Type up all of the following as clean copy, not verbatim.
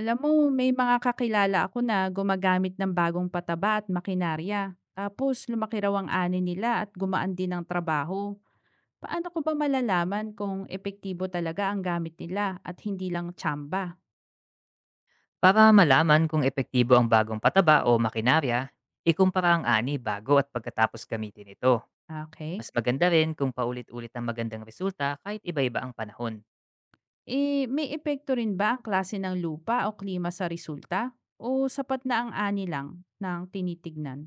Alam mo, may mga kakilala ako na gumagamit ng bagong pataba at makinarya. Tapos lumaki raw ang ani nila at gumaan din ang trabaho. Paano ko ba malalaman kung epektibo talaga ang gamit nila at hindi lang tsamba? Para malaman kung epektibo ang bagong pataba o makinarya, ikumpara ang ani bago at pagkatapos gamitin ito. Okay. Mas maganda rin kung paulit-ulit ang magandang resulta kahit iba-iba ang panahon. Eh, may epekto rin ba ang klase ng lupa o klima sa resulta? O sapat na ang ani lang ng tinitignan?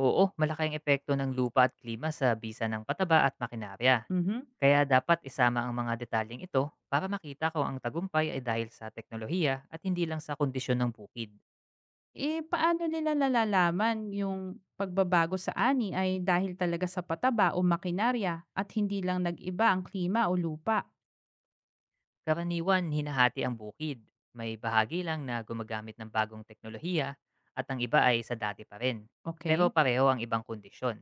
Oo, malaki ang epekto ng lupa at klima sa bisa ng pataba at makinarya. Mhm. Kaya dapat isama ang mga detalyeng ito para makita kung ang tagumpay ay dahil sa teknolohiya at hindi lang sa kondisyon ng bukid. Eh, paano nila nalalaman yung pagbabago sa ani ay dahil talaga sa pataba o makinarya at hindi lang nag-iba ang klima o lupa? Karaniwan hinahati ang bukid. May bahagi lang na gumagamit ng bagong teknolohiya at ang iba ay sa dati pa rin. Pero Okay? pareho ang ibang kondisyon.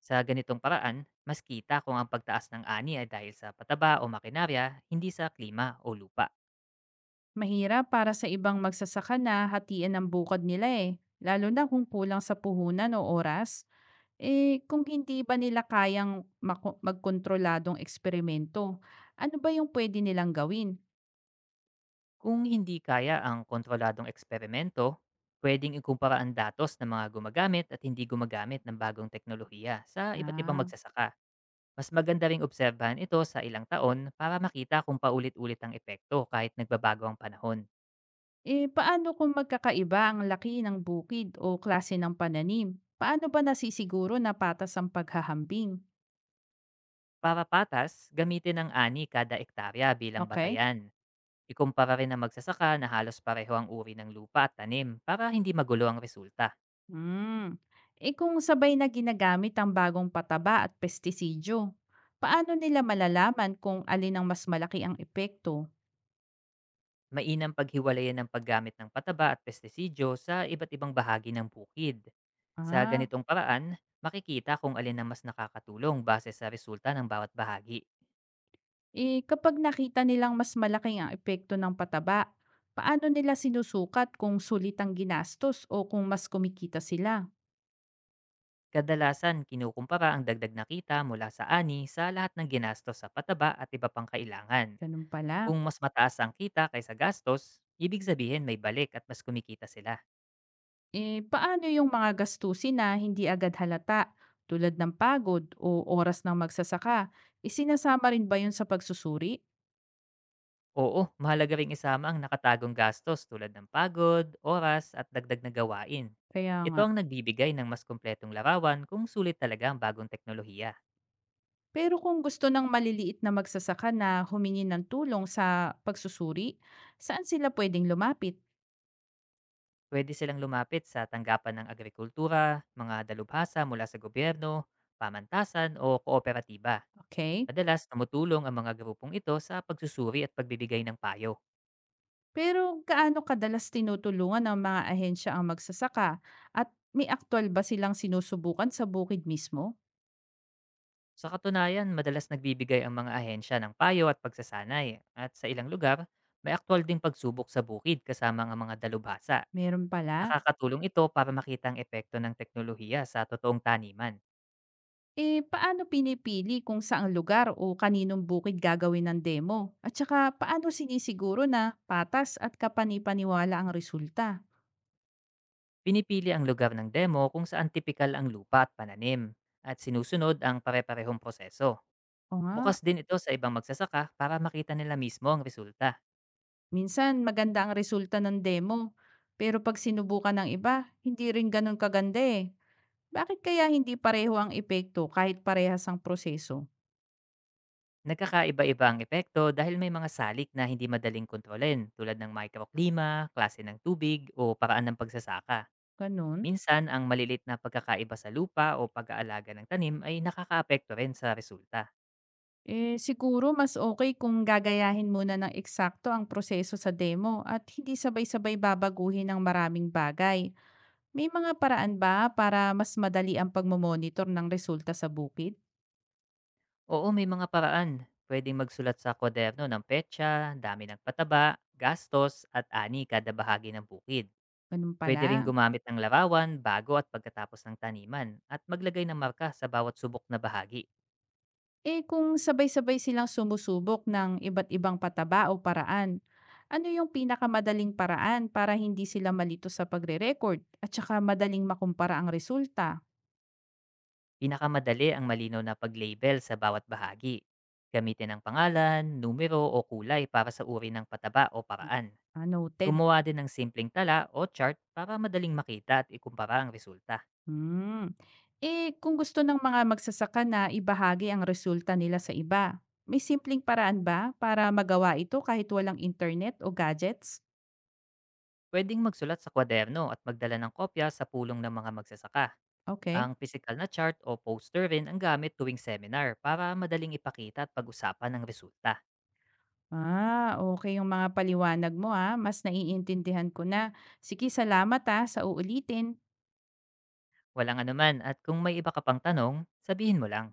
Sa ganitong paraan, mas kita kung ang pagtaas ng ani ay dahil sa pataba o makinarya, hindi sa klima o lupa. Mahirap para sa ibang magsasaka na hatiin ang bukod nila eh, lalo na kung kulang sa puhunan o oras. Eh, kung hindi ba nila kayang magkontroladong eksperimento, ano ba yung pwede nilang gawin? Kung hindi kaya ang kontroladong eksperimento, pwedeng ikumpara ang datos ng mga gumagamit at hindi gumagamit ng bagong teknolohiya sa iba't ibang Ah. magsasaka. Mas maganda ring obserbahan ito sa ilang taon para makita kung paulit-ulit ang epekto kahit nagbabago ang panahon. Eh, paano kung magkakaiba ang laki ng bukid o klase ng pananim? Paano ba nasisiguro na patas ang paghahambing? Para patas, gamitin ang ani kada ektarya bilang Okay? batayan. Ikumpara rin ang magsasaka na halos pareho ang uri ng lupa at tanim para hindi magulo ang resulta. Hmm. Eh kung sabay na ginagamit ang bagong pataba at pestisidyo, paano nila malalaman kung alin ang mas malaki ang epekto? Mainam paghiwalayan ng paggamit ng pataba at pestisidyo sa iba't ibang bahagi ng bukid. Sa Ah. ganitong paraan, makikita kung alin ang mas nakakatulong base sa resulta ng bawat bahagi. Eh kapag nakita nilang mas malaki ang epekto ng pataba, paano nila sinusukat kung sulit ang ginastos o kung mas kumikita sila? Kadalasan kinukumpara ang dagdag na kita mula sa ani sa lahat ng ginastos sa pataba at iba pang kailangan. Ganun pala. Kung mas mataas ang kita kaysa gastos, ibig sabihin may balik at mas kumikita sila. Eh, paano yung mga gastusin na hindi agad halata, tulad ng pagod o oras ng magsasaka? Isinasama rin ba yun sa pagsusuri? Oo, mahalaga ring isama ang nakatagong gastos tulad ng pagod, oras at dagdag na gawain. Kaya Ito nga. ang nagbibigay ng mas kumpletong larawan kung sulit talaga ang bagong teknolohiya. Pero kung gusto ng maliliit na magsasaka na humingi ng tulong sa pagsusuri, saan sila pwedeng lumapit? Pwede silang lumapit sa tanggapan ng agrikultura, mga dalubhasa mula sa gobyerno, pamantasan o kooperatiba. Okay? Madalas tumutulong ang mga grupong ito sa pagsusuri at pagbibigay ng payo. Pero gaano kadalas tinutulungan ng mga ahensya ang magsasaka? At may aktwal ba silang sinusubukan sa bukid mismo? Sa katunayan, madalas nagbibigay ang mga ahensya ng payo at pagsasanay at sa ilang lugar, may aktwal ding pagsubok sa bukid kasama ang mga dalubhasa. Meron pala? Nakakatulong ito para makita ang epekto ng teknolohiya sa totoong taniman. Eh, paano pinipili kung saang lugar o kaninong bukid gagawin ng demo? At saka, paano sinisiguro na patas at kapani-paniwala ang resulta? Pinipili ang lugar ng demo kung saan tipikal ang lupa at pananim at sinusunod ang pare-parehong proseso. O nga, Bukas din ito sa ibang magsasaka para makita nila mismo ang resulta. minsan maganda ang resulta ng demo, pero pag sinubukan ng iba, hindi rin ganun kaganda eh. Bakit kaya hindi pareho ang epekto kahit parehas ang proseso? Nagkakaiba-iba ang epekto dahil may mga salik na hindi madaling kontrolin tulad ng microklima, klase ng tubig o paraan ng pagsasaka. Ganun? Minsan, ang malilit na pagkakaiba sa lupa o pag-aalaga ng tanim ay nakakaapekto rin sa resulta. Eh, siguro mas okay kung gagayahin muna ng eksakto ang proseso sa demo at hindi sabay-sabay babaguhin ang maraming bagay. May mga paraan ba para mas madali ang pagmo-monitor ng resulta sa bukid? Oo, may mga paraan. Pwedeng magsulat sa kwaderno ng petsa, dami ng pataba, gastos at ani kada bahagi ng bukid. Ganun Pwede rin pala. gumamit ng larawan bago at pagkatapos ng taniman at maglagay ng marka sa bawat subok na bahagi. Eh kung sabay-sabay silang sumusubok ng iba't ibang pataba o paraan, ano yung pinakamadaling paraan para hindi sila malito sa pagre-record at saka madaling makumpara ang resulta? Pinakamadali ang malinaw na pag-label sa bawat bahagi. Gamitin ang pangalan, numero o kulay para sa uri ng pataba o paraan. Ah, noted. Gumawa din ng simpleng tala o chart para madaling makita at ikumpara ang resulta. Hmm. Eh kung gusto ng mga magsasaka na ibahagi ang resulta nila sa iba, may simpleng paraan ba para magawa ito kahit walang internet o gadgets? Pwedeng magsulat sa kwaderno at magdala ng kopya sa pulong ng mga magsasaka. Okay. Ang physical na chart o poster rin ang gamit tuwing seminar para madaling ipakita at pag-usapan ang resulta. Ah, okay yung mga paliwanag mo, mas naiintindihan ko na. Sige salamat, sa uulitin. Walang anuman at kung may iba ka pang tanong, sabihin mo lang.